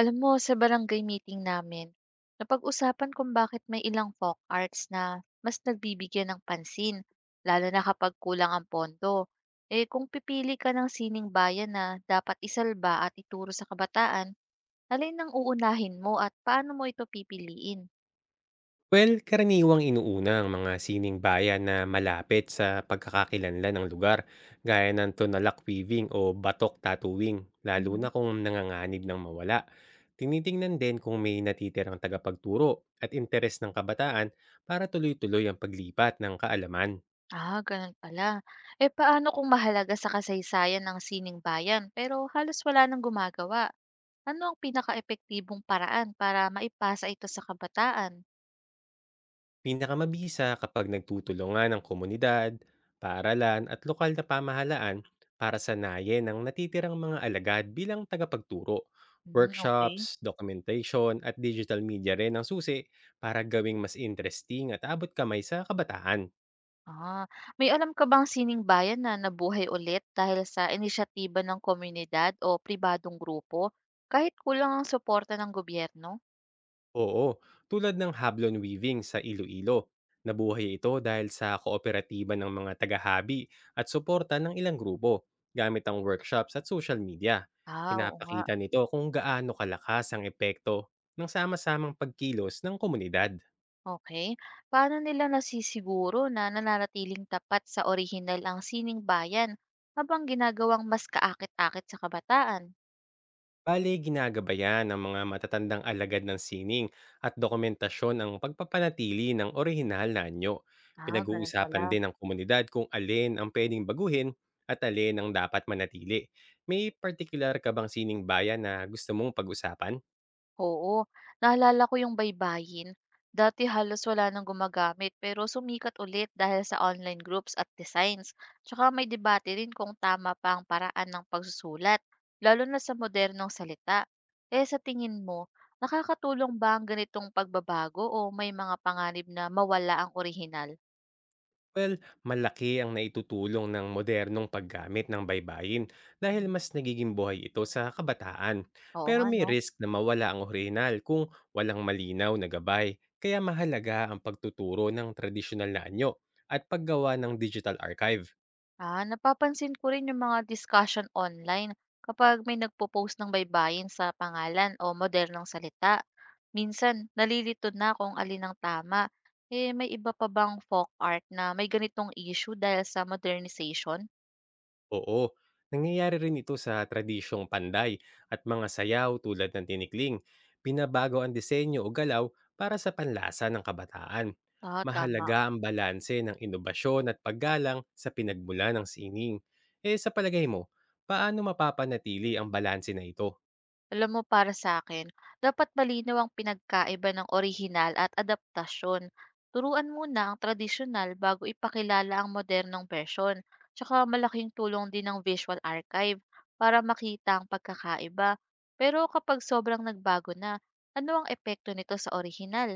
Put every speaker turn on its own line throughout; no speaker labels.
Alam mo, sa barangay meeting namin, napag-usapan kung bakit may ilang folk arts na mas nagbibigyan ng pansin, lalo na kapag kulang ang pondo. Eh kung pipili ka ng sining bayan na dapat isalba at ituro sa kabataan, alin ang uunahin mo at paano mo ito pipiliin?
Well, karaniwang inuuna ang mga sining bayan na malapit sa pagkakakilanlan ng lugar, gaya ng tunalak weaving o batok tattooing, lalo na
Mhm.
kung nanganganib ng mawala. Tinitingnan din kung may natitirang tagapagturo at interes ng kabataan para tuloy-tuloy ang paglipat ng kaalaman.
Ah, ganun pala. Eh paano kung mahalaga sa kasaysayan ng sining bayan pero halos wala nang gumagawa? Ano ang pinaka-epektibong paraan para maipasa ito sa kabataan?
Pinakamabisa kapag nagtutulungan ng komunidad, paaralan at lokal na pamahalaan para sanayin ang natitirang mga alagad bilang tagapagturo.
Hmm,
Workshops,
okay.
documentation at digital media rin ang susi para gawing mas interesting at abot kamay sa kabataan.
Ah, may alam ka bang sining bayan na nabuhay ulit dahil sa inisyatiba ng komunidad o pribadong grupo kahit kulang ang suporta ng gobyerno?
Oo, tulad ng hablon weaving sa Iloilo. Nabuhay ito dahil sa kooperatiba ng mga tagahabi at suporta ng ilang grupo gamit ang workshops at social media.
Ah, oo nga,
Pinapakita nito kung gaano kalakas ang epekto ng sama-samang pagkilos ng komunidad.
okay. Paano nila nasisiguro na nananatiling tapat sa orihinal ang sining bayan habang ginagawang mas kaakit-akit sa kabataan?
Bale, ginagabayan ng mga matatandang alagad ng sining at dokumentasyon ang pagpapanatili ng orihinal na anyo.
Ah, gano'n
Pinag-uusapan
pala.
din ng komunidad kung alin ang pwedeng baguhin at alin ang dapat manatili. May particular ka bang sining bayan na gusto mong pag-usapan?
Oo, naalala ko yung baybayin. Dati halos wala nang gumagamit pero sumikat ulit dahil sa online groups at designs. Tsaka may debate rin kung tama pa ang paraan ng pagsusulat, lalo na sa modernong salita. Eh sa tingin mo, nakakatulong ba ang ganitong pagbabago o may mga panganib na mawala ang orihinal?
Well, malaki ang naitutulong ng modernong paggamit ng baybayin dahil
Mhm.
mas nagiging buhay ito sa kabataan.
Oo
Pero
nga,
may
no.
risk na mawala ang orihinal kung walang malinaw na gabay, kaya mahalaga ang pagtuturo ng tradisyonal na anyo at paggawa ng digital archive.
Ah, napapansin ko rin yung mga discussion online kapag may nagpo-post ng baybayin sa pangalan o modernong salita. Minsan, nalilito na kung alin ang tama. Eh, may iba pa bang folk art na may ganitong issue dahil sa modernization?
Oo, nangyayari rin ito sa tradisyong panday at mga sayaw tulad ng tinikling. Pinabago ang disenyo o galaw para sa panlasa ng kabataan.
Ah, tama.
Mahalaga ang balanse ng inobasyon at paggalang sa pinagmula ng sining. Eh sa palagay mo, paano mapapanatili ang balanse na ito?
Alam mo, para sa akin dapat malinaw ang pinagkaiba ng orihinal at adaptasyon. Turuan muna ang tradisyonal bago ipakilala ang modernong version. Tsaka malaking tulong din ng visual archive para makita ang pagkakaiba. Pero kapag sobrang nagbago na, ano ang epekto nito sa orihinal?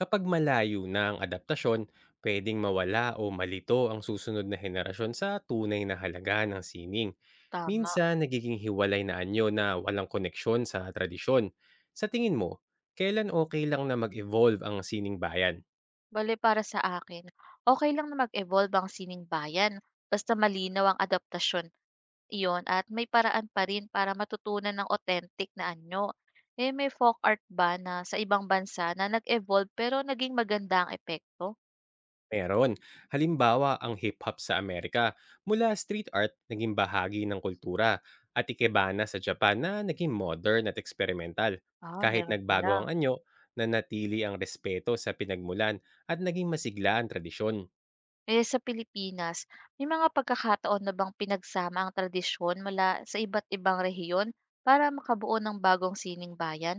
Kapag malayo na ang adaptasyon, pwedeng mawala o malito ang susunod na henerasyon sa tunay na halaga ng sining.
Tama.
Minsan, nagiging hiwalay na anyo na walang koneksyon sa tradisyon. Sa tingin mo, kailan okay lang na mag-evolve ang sining bayan?
Bale para sa akin, okay lang na mag-evolve ang sining bayan basta malinaw ang adaptasyon. Iyon, at may paraan pa rin para matutunan ng authentic na anyo. Eh may folk art ba na sa ibang bansa na nag-evolve pero naging maganda ang epekto?
Meron. Halimbawa, ang hip-hop sa Amerika, mula street art naging bahagi ng kultura at ikebana sa Japan na naging modern at experimental.
Ah,
Kahit
meron
nagbago
pala.
ang anyo, nanatili ang respeto sa pinagmulan at naging masigla ang tradisyon.
Eh sa Pilipinas, may mga pagkakataon na bang pinagsama ang tradisyon mula sa iba't ibang rehiyon para makabuo ng bagong sining bayan?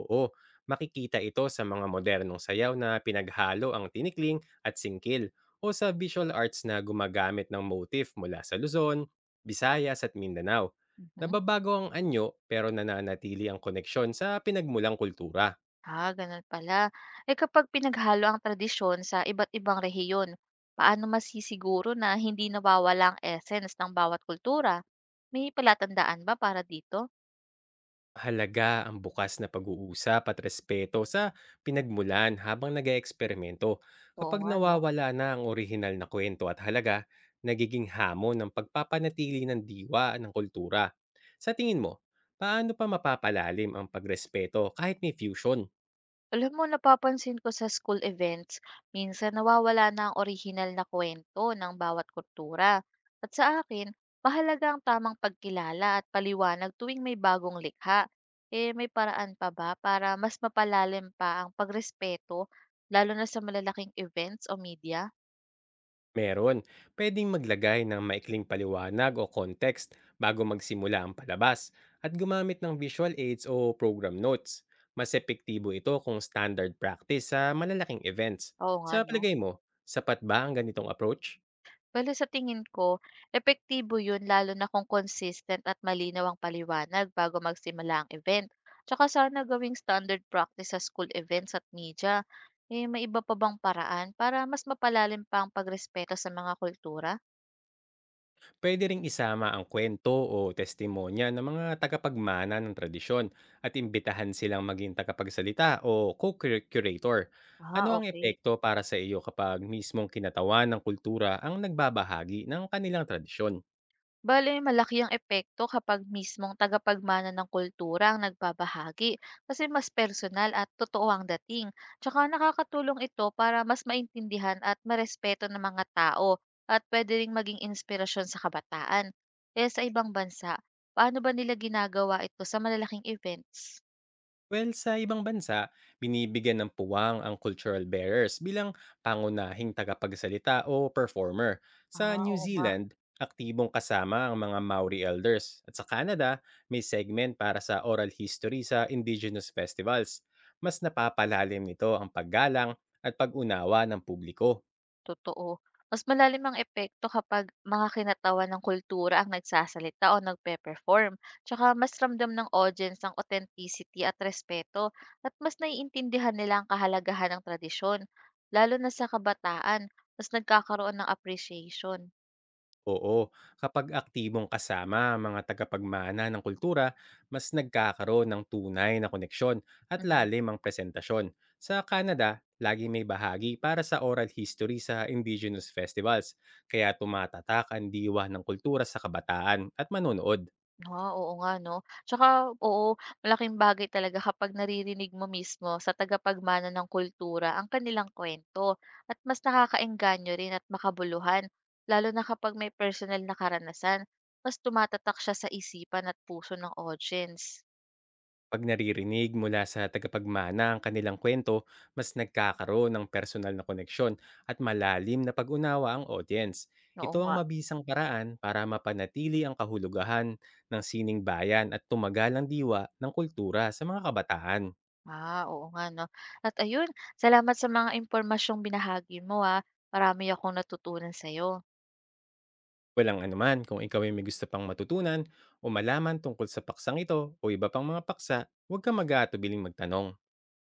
Oo, makikita ito sa mga modernong sayaw na pinaghalo ang tinikling at singkil o sa visual arts na gumagamit ng motif mula sa Luzon, Visayas at Mindanao.
Mhm.
Nababago ang anyo pero nananatili ang koneksyon sa pinagmulang kultura.
Ah, ganun pala. Eh kapag pinaghalo ang tradisyon sa iba't ibang rehiyon, paano masisiguro na hindi nawawala ang essence ng bawat kultura? May palatandaan ba para dito?
Mahalaga ang bukas na pag-uusap at respeto sa pinagmulan habang nag eksperimento.
Oo
Kapag
nga, no?
nawawala na ang orihinal na kwento at halaga, nagiging hamon ang pagpapanatili ng diwa ng kultura. Sa tingin mo, paano pa mapapalalim ang pagrespeto kahit may fusion?
Alam mo, napapansin ko sa school events, minsan nawawala na ang orihinal na kwento ng bawat kultura. At sa akin, mahalaga ang tamang pagkilala at paliwanag tuwing may bagong likha. Eh, may paraan pa ba para mas mapalalim pa ang pagrespeto, lalo na sa malalaking events o media?
Meron. Pwedeng maglagay ng maikling paliwanag o context bago magsimula ang palabas at gumamit ng visual aids o program notes. Mas epektibo ito kung standard practice sa malalaking events.
Oo nga,
Sa
no?
palagay mo, sapat ba ang ganitong approach?
Bale sa tingin ko, epektibo yun lalo na kung consistent at malinaw ang paliwanag bago magsimula ang event. Tsaka sana gawing standard practice sa school events at media. Eh, may iba pa bang paraan para mas mapalalim pa ang pagrespeto sa mga kultura?
Pwede ring isama ang kwento o testimonya ng mga tagapagmana ng tradisyon at imbitahan silang maging tagapagsalita o co-curator. Ano
Ah,
ang
okay.
epekto para sa iyo kapag mismong kinatawan ng kultura ang nagbabahagi ng kanilang tradisyon?
Bale, malaki ang epekto kapag mismong tagapagmana ng kultura ang nagbabahagi kasi mas personal at totoo ang dating. Tsaka nakakatulong ito para mas maintindihan at marespeto ng mga tao at pwede ring maging inspirasyon sa kabataan. Eh sa ibang bansa, paano ba nila ginagawa ito sa malalaking events?
Well, sa ibang bansa, binibigyan ng puwang ang cultural bearers bilang pangunahing tagapagsalita o performer. Sa
Ah,
New
oo nga.
Zealand, aktibong kasama ang mga Maori elders. At sa Canada, may segment para sa oral history sa indigenous festivals. Mas napapalalim nito ang paggalang at pag-unawa ng publiko.
Totoo. Mas malalim ang epekto kapag mga kinatawan ng kultura ang nagsasalita o nagpe-perform. Tsaka mas ramdam ng audience ang authenticity at respeto at mas naiintindihan nila ang kahalagahan ng tradisyon. Lalo na sa kabataan, mas nagkakaroon ng appreciation.
Oo, kapag aktibong kasama ang mga tagapagmana ng kultura, mas nagkakaroon ng tunay na koneksyon at
Mhm.
lalim ang presentasyon. Sa Canada, lagi may bahagi para sa oral history sa indigenous festivals, kaya tumatatak ang diwa ng kultura sa kabataan at manonood.
Ah, oo nga 'no. Tsaka oo, malaking bagay talaga kapag naririnig mo mismo sa tagapagmana ng kultura ang kanilang kuwento at mas nakakaengganyo rin at makabuluhan, lalo na kapag may personal na karanasan. Mas tumatatak siya sa isipan at puso ng audience.
'Pag naririnig mula sa tagapagmana ang kanilang kwento mas nagkakaroon ng personal na koneksyon at malalim na pag-unawa ang audience.
Oo
Ito ang
nga.
mabisang paraan para mapanatili ang kahulugahan ng sining bayan at tumagal ang diwa ng kultura sa mga kabataan.
Ah, oo nga 'no. At ayun, salamat sa mga impormasyong binahagi mo, ah. Marami akong natutunan sa'yo.
Walang anuman kung ikaw ay may gusto pang matutunan o malaman tungkol sa paksang ito o iba pang mga paksa, huwag kang mag-aatubiling magtanong.